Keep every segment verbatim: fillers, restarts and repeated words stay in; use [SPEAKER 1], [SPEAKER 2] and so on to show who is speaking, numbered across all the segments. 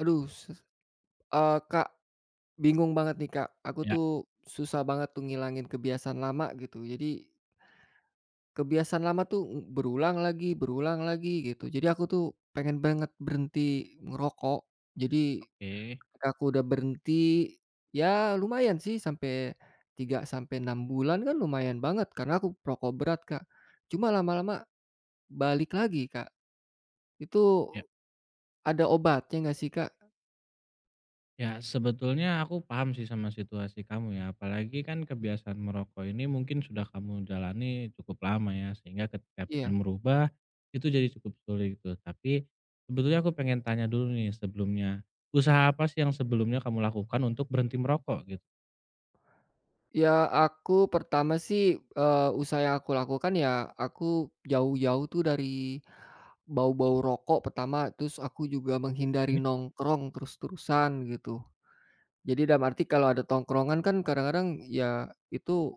[SPEAKER 1] Aduh, sus eee, Kak, bingung banget nih, Kak. Aku
[SPEAKER 2] Ya,
[SPEAKER 1] tuh susah banget tuh ngilangin kebiasaan lama gitu. Jadi kebiasaan lama tuh ng- berulang lagi berulang lagi gitu. Jadi aku tuh pengen banget berhenti ngerokok. Jadi
[SPEAKER 2] oke.
[SPEAKER 1] ketika aku udah berhenti, ya lumayan sih sampai tiga sampai enam bulan kan lumayan banget karena aku perokok berat, Kak. Cuma lama-lama balik lagi, Kak. Itu
[SPEAKER 2] Ya,
[SPEAKER 1] ada obatnya nggak sih, Kak?
[SPEAKER 2] ya, sebetulnya aku paham sih sama situasi kamu ya, apalagi kan kebiasaan merokok ini mungkin sudah kamu jalani cukup lama ya, sehingga ketika
[SPEAKER 1] Iya.
[SPEAKER 2] pengen merubah, itu jadi cukup sulit gitu. Tapi, sebetulnya aku pengen tanya dulu nih sebelumnya, usaha apa sih yang sebelumnya kamu lakukan untuk berhenti merokok gitu
[SPEAKER 1] Ya, aku pertama sih, eee, usaha yang aku lakukan ya, aku jauh-jauh tuh dari bau-bau rokok pertama, terus aku juga menghindari
[SPEAKER 2] ya?
[SPEAKER 1] nongkrong terus-terusan gitu. Jadi dalam arti kalau ada tongkrongan kan kadang-kadang ya itu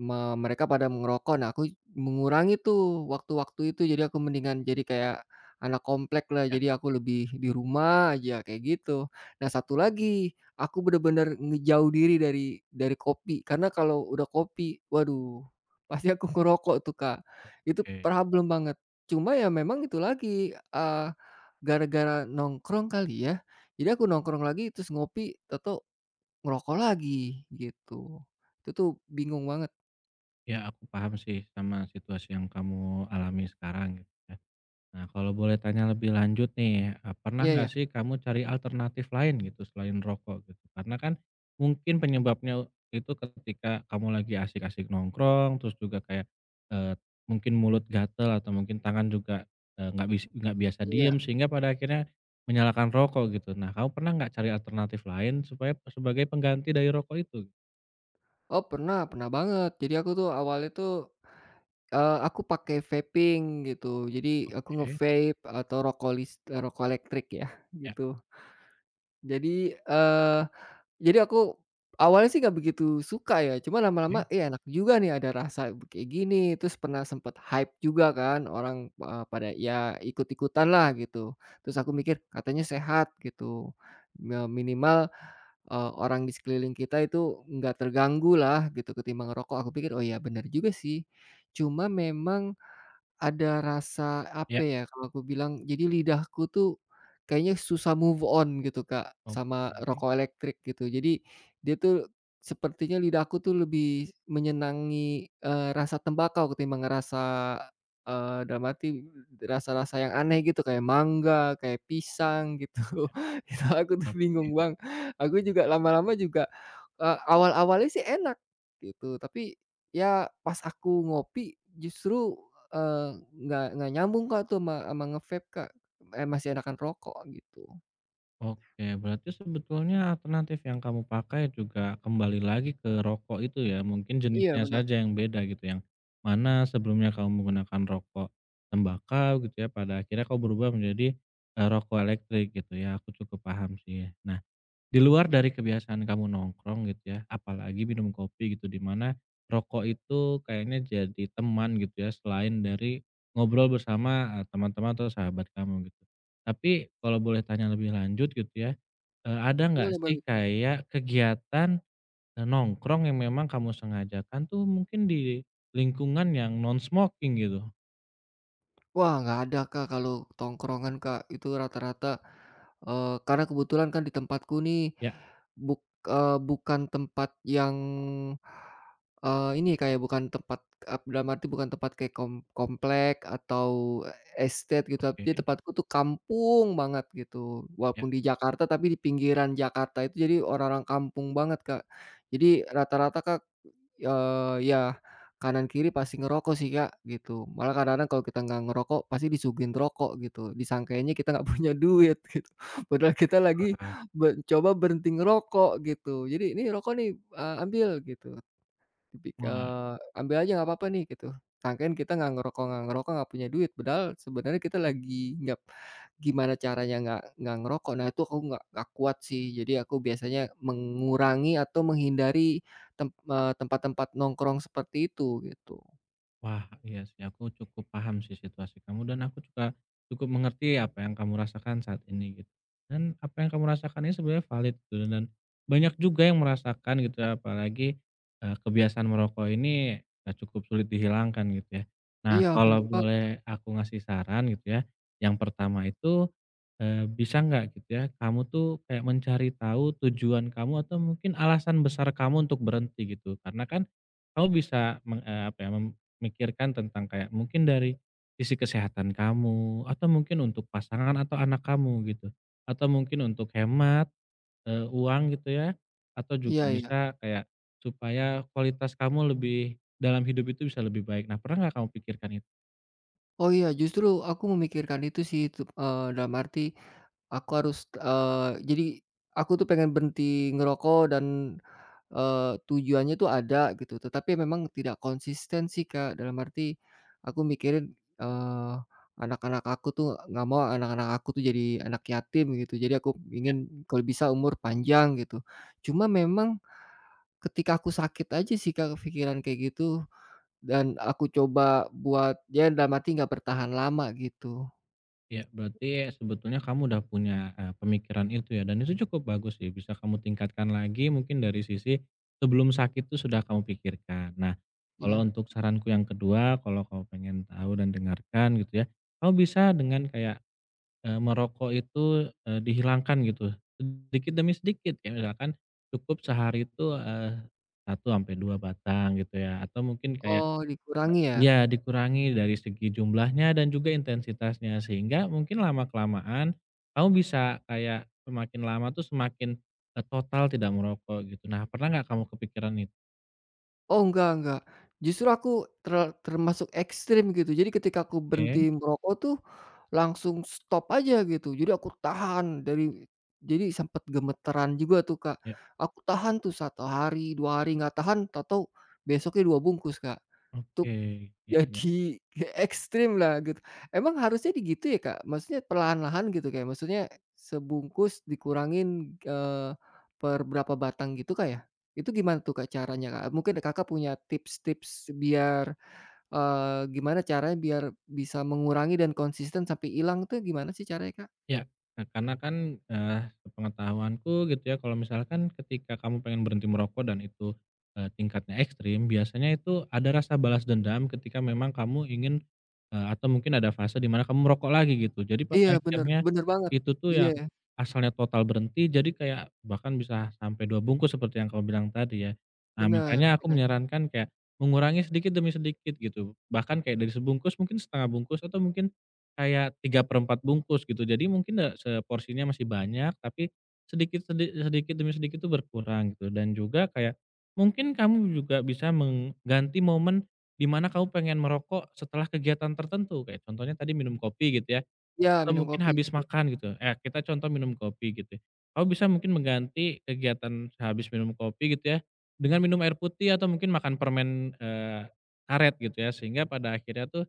[SPEAKER 1] Me mereka pada ngerokok. Nah, aku mengurangi tuh waktu-waktu itu, jadi aku mendingan jadi kayak anak komplek lah,
[SPEAKER 2] Ya,
[SPEAKER 1] jadi aku lebih di rumah aja, kayak gitu. Nah, satu lagi, aku bener-bener ngejauh diri dari dari kopi, karena kalau udah kopi, waduh pasti aku ngerokok tuh, Kak. Itu
[SPEAKER 2] oke.
[SPEAKER 1] problem banget. Cuma ya memang itu lagi, eee, gara-gara nongkrong kali ya, jadi aku nongkrong lagi terus ngopi, atau ngerokok lagi, gitu. Itu tuh bingung banget.
[SPEAKER 2] Ya, aku paham sih sama situasi yang kamu alami sekarang gitu ya. Nah, kalau boleh tanya lebih lanjut nih, eee, pernah
[SPEAKER 1] Iya
[SPEAKER 2] nggak
[SPEAKER 1] iya.
[SPEAKER 2] sih kamu cari alternatif lain gitu selain rokok gitu? Karena kan mungkin penyebabnya itu ketika kamu lagi asik-asik nongkrong, terus juga kayak, eee, mungkin mulut gatel atau mungkin tangan juga, eee, nggak bisa nggak biasa diem
[SPEAKER 1] Iya.
[SPEAKER 2] sehingga pada akhirnya menyalakan rokok gitu. Nah, kamu pernah nggak cari alternatif lain supaya sebagai pengganti dari rokok itu?
[SPEAKER 1] Oh pernah, pernah banget. Jadi aku tuh awalnya tuh, eee, aku pakai vaping gitu. Jadi aku
[SPEAKER 2] Oke,
[SPEAKER 1] nge-vape atau rokok lis eee, rokok elektrik ya,
[SPEAKER 2] ya,
[SPEAKER 1] gitu. Jadi, eee, jadi aku awalnya sih nggak begitu suka ya, cuma
[SPEAKER 2] oke,
[SPEAKER 1] lama-lama, "Eh, enak juga nih ada rasa kayak gini." Terus pernah sempet hype juga kan orang, eee, pada ya ikut-ikutan lah gitu. Terus aku mikir katanya sehat gitu, me minimal, Eee, orang di sekeliling kita itu nggak terganggu lah gitu ketimbang ngerokok. Aku pikir, "Oh iya benar juga sih." Cuma memang, ada rasa, apa
[SPEAKER 2] ya,
[SPEAKER 1] ya, kalau aku bilang, jadi lidahku tuh kayaknya susah move on gitu, Kak,
[SPEAKER 2] oke,
[SPEAKER 1] sama rokok elektrik gitu. Jadi dia tuh sepertinya lidahku tuh lebih menyenangi, eee, rasa tembakau ketimbang rasa, eee, dalam arti rasa-rasa yang aneh gitu, kayak mangga, kayak pisang gitu. Itu aku tuh bingung,
[SPEAKER 2] oke.
[SPEAKER 1] Bang. Aku juga lama-lama juga, eee, awal-awalnya sih enak gitu, tapi ya pas aku ngopi justru Eee, nggak nggak nyambung Kak, tuh sama sama nge-vape Kak, eee, masih enakan rokok gitu.
[SPEAKER 2] Oke, berarti sebetulnya alternatif yang kamu pakai juga kembali lagi ke rokok itu ya, mungkin
[SPEAKER 1] Iya
[SPEAKER 2] jenisnya
[SPEAKER 1] bener,
[SPEAKER 2] saja yang beda gitu, yang mana sebelumnya kamu menggunakan rokok tembakau gitu ya, pada akhirnya kau berubah menjadi, eee, rokok elektrik gitu ya, aku cukup paham sih. Nah, di luar dari kebiasaan kamu nongkrong gitu ya, apalagi minum kopi gitu, di mana rokok itu kayaknya jadi teman gitu ya, selain dari ngobrol bersama, eee, teman-teman atau sahabat kamu gitu. Tapi kalau boleh tanya lebih lanjut gitu ya, eee, ada nggak
[SPEAKER 1] boleh
[SPEAKER 2] sih
[SPEAKER 1] boleh.
[SPEAKER 2] kayak kegiatan, eee, nongkrong yang memang kamu sengajakan tuh mungkin di lingkungan yang non smoking gitu?
[SPEAKER 1] Wah, nggak ada Kak, kalau tongkrongan Kak, itu rata-rata, eee, karena kebetulan kan di tempatku nih,
[SPEAKER 2] Ya,
[SPEAKER 1] buk eee, bukan tempat yang, eee, ini kayak bukan tempat ep dalam arti bukan tempat kayak kom komplek atau estate gitu, tapi
[SPEAKER 2] oke,
[SPEAKER 1] tempatku tuh kampung banget gitu.
[SPEAKER 2] ya.
[SPEAKER 1] Walaupun di Jakarta, tapi di pinggiran Jakarta itu, jadi orang-orang kampung banget Kak. Jadi rata-rata Kak, Eee, iya, kanan kiri pasti ngerokok sih, Kak, gitu. Malah kadang-kadang kalau kita nggak ngerokok pasti disuguhin rokok gitu, disangkainya kita nggak punya duit gitu, padahal kita lagi
[SPEAKER 2] Heeh.
[SPEAKER 1] be coba berhenti ngerokok gitu. Jadi, "Ini rokok nih, eee, ambil," gitu.
[SPEAKER 2] Wah.
[SPEAKER 1] Tipikal, "Ambil aja nggak apa-apa nih," gitu. Sangkain kita nggak ngerokok nggak ngerokok, nggak punya duit, padahal sebenarnya kita lagi nggak gimana caranya nggak nggak ngerokok. Nah, itu aku nggak nggak kuat sih. Jadi aku biasanya mengurangi atau menghindari tem eee, tempat-tempat nongkrong seperti itu, gitu.
[SPEAKER 2] Wah, iya sih, aku cukup paham sih situasi kamu dan aku juga cukup mengerti apa yang kamu rasakan saat ini gitu. Dan apa yang kamu rasakan ini sebenarnya valid gitu dan banyak juga yang merasakan gitu ya, apalagi eh, kebiasaan merokok ini eh, cukup sulit dihilangkan gitu ya. Nah,
[SPEAKER 1] Iya,
[SPEAKER 2] kalau
[SPEAKER 1] bener, ba
[SPEAKER 2] boleh aku ngasih saran gitu ya, yang pertama itu eh, bisa nggak gitu ya, kamu tuh kayak mencari tahu tujuan kamu atau mungkin alasan besar kamu untuk berhenti gitu. Karena kan kamu bisa meng- eh, apa ya, Mikirkan tentang kayak mungkin dari sisi kesehatan kamu, atau mungkin untuk pasangan atau anak kamu gitu, atau mungkin untuk hemat, eee, uang gitu ya, atau
[SPEAKER 1] iya
[SPEAKER 2] juga
[SPEAKER 1] iya.
[SPEAKER 2] bisa kayak supaya kualitas kamu lebih dalam hidup itu bisa lebih baik. Nah, pernah nggak kamu pikirkan itu?
[SPEAKER 1] Oh, iya, justru aku memikirkan itu sih, itu, eee, dalam arti aku harus, eee, jadi aku tuh pengen berhenti ngerokok dan Eee, tujuannya tuh ada gitu, tetapi memang tidak konsisten sih, Kak. Dalam arti aku mikirin, eee, anak-anak aku tuh nggak mau anak-anak aku tuh jadi anak yatim gitu. Jadi aku ingin kalau bisa umur panjang gitu. Cuma memang ketika aku sakit aja sih, Kak, kepikiran kayak gitu dan aku coba buat ya dalam arti nggak bertahan lama gitu.
[SPEAKER 2] Iya, berarti sebetulnya kamu udah punya, eee, pemikiran itu ya dan itu cukup bagus sih, bisa kamu tingkatkan lagi mungkin dari sisi sebelum sakit itu sudah kamu pikirkan. Nah, kalau
[SPEAKER 1] Ya.
[SPEAKER 2] untuk saranku yang kedua, kalau kamu pengen tahu dan dengarkan gitu ya, kamu bisa dengan kayak, eee, merokok itu, eee, dihilangkan gitu, sedikit demi sedikit ya misalkan cukup sehari itu, eee, satu sampai dua batang gitu ya, atau mungkin kayak.
[SPEAKER 1] Oh, dikurangi ya?
[SPEAKER 2] Ya dikurangi dari segi jumlahnya dan juga intensitasnya, sehingga mungkin lama-kelamaan kamu bisa kayak semakin lama tuh semakin, eee, total tidak merokok gitu. Nah, pernah nggak kamu kepikiran itu?
[SPEAKER 1] Oh, enggak enggak. Justru aku ter termasuk ekstrim gitu. Jadi ketika aku
[SPEAKER 2] Oke,
[SPEAKER 1] berhenti merokok tuh, langsung stop aja gitu. Jadi aku tahan dari jadi sempet gemeteran juga tuh, Kak.
[SPEAKER 2] ya,
[SPEAKER 1] Aku tahan tuh satu hari, dua hari, nggak tahan tahu-tahu besoknya dua bungkus, Kak. Itu
[SPEAKER 2] oke, ya, ya.
[SPEAKER 1] jadi ekstrim lah gitu. Emang harusnya di gitu ya, Kak? Maksudnya perlahan-lahan gitu kayak maksudnya sebungkus dikurangin, eee, per berapa batang gitu, Kak, ya? Itu gimana tuh, Kak, caranya, Kak? Mungkin Kakak punya tips-tips biar, eee, gimana caranya biar bisa mengurangi dan konsisten sampai hilang tuh gimana sih caranya, Kak?
[SPEAKER 2] Ya, eee, karena kan, eee, sepengetahuanku gitu ya, kalau misalkan ketika kamu pengen berhenti merokok dan itu, eee, tingkatnya ekstrim, biasanya itu ada rasa balas dendam ketika memang kamu ingin, eee, atau mungkin ada fase di mana kamu merokok lagi gitu. Jadi pada
[SPEAKER 1] Iya bener
[SPEAKER 2] akhirnya
[SPEAKER 1] bener banget.
[SPEAKER 2] itu tuh
[SPEAKER 1] Iya,
[SPEAKER 2] yang asalnya total berhenti, jadi kayak bahkan bisa sampai dua bungkus seperti yang kamu bilang tadi ya. Nah,
[SPEAKER 1] bener
[SPEAKER 2] makanya aku
[SPEAKER 1] bener.
[SPEAKER 2] menyarankan kayak mengurangi sedikit demi sedikit gitu, bahkan kayak dari sebungkus mungkin setengah bungkus atau mungkin kayak tiga per empat bungkus gitu. Jadi mungkin da seporsinya masih banyak, tapi sedikit sedi sedikit demi sedikit tuh berkurang gitu. Dan juga kayak mungkin kamu juga bisa mengganti momen di mana kamu pengen merokok setelah kegiatan tertentu. Kayak contohnya tadi minum kopi gitu ya,
[SPEAKER 1] Iya
[SPEAKER 2] atau
[SPEAKER 1] minum
[SPEAKER 2] mungkin
[SPEAKER 1] kopi,
[SPEAKER 2] habis
[SPEAKER 1] betul.
[SPEAKER 2] makan gitu. Eh, kita contoh minum kopi gitu, ya. Kamu bisa mungkin mengganti kegiatan habis minum kopi gitu ya, dengan minum air putih atau mungkin makan permen, eee, karet gitu ya. Sehingga pada akhirnya tuh,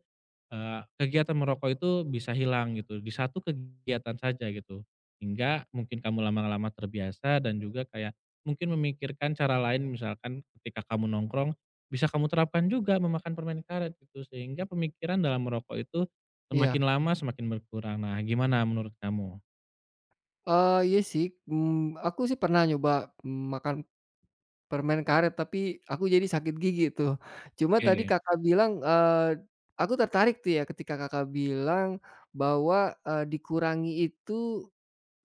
[SPEAKER 2] Eee, kegiatan merokok itu bisa hilang gitu, di satu kegiatan saja gitu. Hingga mungkin kamu lama-lama terbiasa dan juga kayak mungkin memikirkan cara lain misalkan ketika kamu nongkrong, bisa kamu terapkan juga memakan permen karet gitu, sehingga pemikiran dalam merokok itu semakin
[SPEAKER 1] Iya.
[SPEAKER 2] lama semakin berkurang. Nah, gimana menurut kamu?
[SPEAKER 1] Eee, iya sih, mmm, aku sih pernah nyoba, mmm, makan permen karet, tapi aku jadi sakit gigi tuh. Cuma tadi
[SPEAKER 2] Oke,
[SPEAKER 1] Kakak bilang, eee, aku tertarik tuh ya ketika Kakak bilang bahwa, eee, dikurangi itu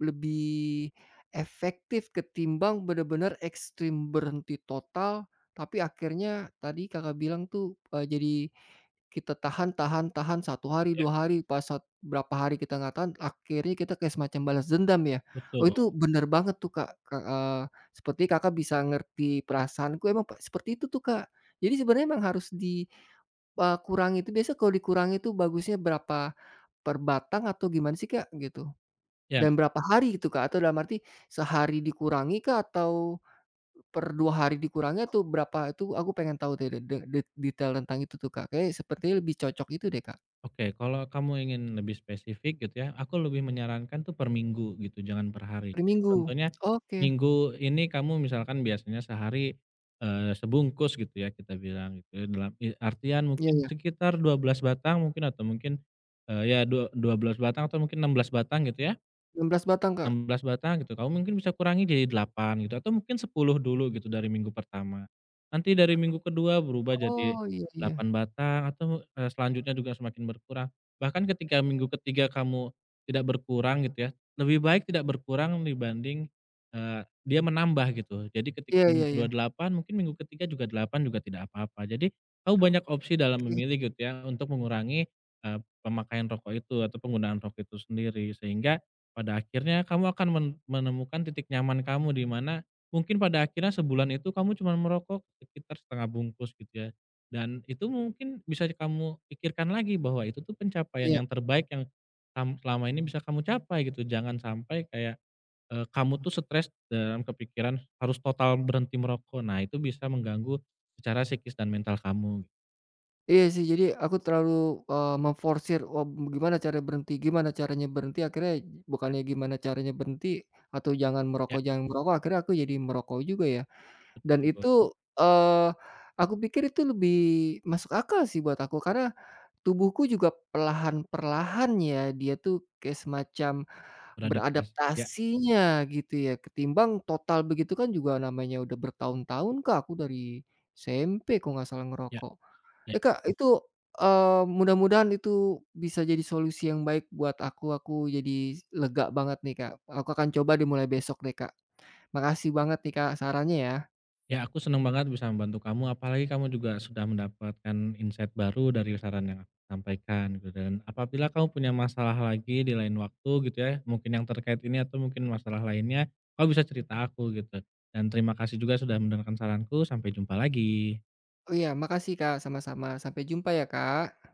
[SPEAKER 1] lebih efektif ketimbang bener-bener ekstrim berhenti total, tapi akhirnya tadi Kakak bilang tuh, eee, jadi kita tahan tahan tahan satu hari,
[SPEAKER 2] ya,
[SPEAKER 1] dua hari, pas sat berapa hari kita nggak tahan, akhirnya kita kayak semacam balas dendam ya? Oh
[SPEAKER 2] betul.
[SPEAKER 1] itu bener banget tuh Kak, Kak, eee, seperti Kakak bisa ngerti perasaanku emang pa seperti itu tuh Kak. Jadi sebenarnya emang harus di eee, kurangi itu biasa kalau dikurangi itu bagusnya berapa per batang atau gimana sih Kak, gitu?
[SPEAKER 2] Ya.
[SPEAKER 1] Dan berapa hari gitu Kak? Atau dalam arti sehari dikurangi kah atau per dua hari dikurangi atau berapa itu aku pengen tahu deh de de de detail tentang itu tuh, Kak. Kayaknya sepertinya lebih cocok itu deh, Kak.
[SPEAKER 2] Oke, kalau kamu ingin lebih spesifik gitu ya, aku lebih menyarankan tuh per minggu gitu, jangan per hari.
[SPEAKER 1] Per minggu?
[SPEAKER 2] Contohnya
[SPEAKER 1] Oke.
[SPEAKER 2] minggu ini kamu misalkan biasanya sehari, eee, sebungkus gitu ya kita bilang gitu ya, dalam i artian
[SPEAKER 1] Iya
[SPEAKER 2] mungkin
[SPEAKER 1] iya.
[SPEAKER 2] sekitar dua belas batang mungkin atau mungkin, eee, ya dua 12 batang atau mungkin enam belas batang gitu ya
[SPEAKER 1] Enam belas batang, Kak?
[SPEAKER 2] enam belas batang gitu, kamu mungkin bisa kurangi jadi delapan gitu atau mungkin sepuluh dulu gitu dari minggu pertama. Nanti dari minggu kedua berubah jadi
[SPEAKER 1] Oh, iya iya.
[SPEAKER 2] delapan batang atau, eee, selanjutnya juga semakin berkurang. Bahkan ketika minggu ketiga kamu tidak berkurang gitu ya, lebih baik tidak berkurang dibanding, eee, dia menambah gitu. Jadi ketika
[SPEAKER 1] Iya
[SPEAKER 2] minggu
[SPEAKER 1] iya iya.
[SPEAKER 2] kedua delapan, mungkin minggu ketiga juga delapan juga tidak apa-apa. Jadi kamu banyak opsi dalam
[SPEAKER 1] Oke,
[SPEAKER 2] memilih gitu ya untuk mengurangi, eee, pemakaian rokok itu atau penggunaan rokok itu sendiri. Sehingga pada akhirnya kamu akan men menemukan titik nyaman kamu di mana mungkin pada akhirnya sebulan itu kamu cuma merokok sekitar setengah bungkus gitu ya, dan itu mungkin bisa kamu pikirkan lagi bahwa itu tuh pencapaian
[SPEAKER 1] iya.
[SPEAKER 2] yang terbaik yang kam selama ini bisa kamu capai gitu. Jangan sampai kayak, eee, kamu tuh stres dalam kepikiran harus total berhenti merokok. Nah itu bisa mengganggu secara psikis dan mental kamu.
[SPEAKER 1] Iya sih, jadi aku terlalu, eee, memforsir, oh, gimana cara berhenti gimana caranya berhenti, akhirnya bukannya gimana caranya berhenti atau jangan
[SPEAKER 2] Ya
[SPEAKER 1] merokok jangan merokok, akhirnya aku jadi merokok juga ya. Dan
[SPEAKER 2] betul,
[SPEAKER 1] itu, eee, aku pikir itu lebih masuk akal sih buat aku, karena tubuhku juga perlahan-perlahan ya, dia tuh kayak semacam
[SPEAKER 2] beradaptasi. Ya,
[SPEAKER 1] beradaptasinya gitu ya, ketimbang total begitu kan juga namanya udah bertahun-tahun, Kak, aku dari S M P kalau nggak salah
[SPEAKER 2] ya,
[SPEAKER 1] ngerokok.
[SPEAKER 2] ya.
[SPEAKER 1] Eh, Kak, itu, eee, mudah-mudahan itu bisa jadi solusi yang baik buat aku, aku jadi lega banget nih, Kak. Aku akan coba deh mulai besok deh, Kak. Makasih banget nih, Kak, sarannya ya.
[SPEAKER 2] Ya, aku senang banget bisa membantu kamu, apalagi kamu juga sudah mendapatkan insight baru dari saran yang aku sampaikan gitu. Dan apabila kamu punya masalah lagi di lain waktu gitu ya, mungkin yang terkait ini atau mungkin masalah lainnya, kamu bisa cerita aku gitu. Dan terima kasih juga sudah mendengarkan saranku, sampai jumpa lagi.
[SPEAKER 1] Oh iya, makasih Kak, sama-sama. Sampai jumpa ya Kak.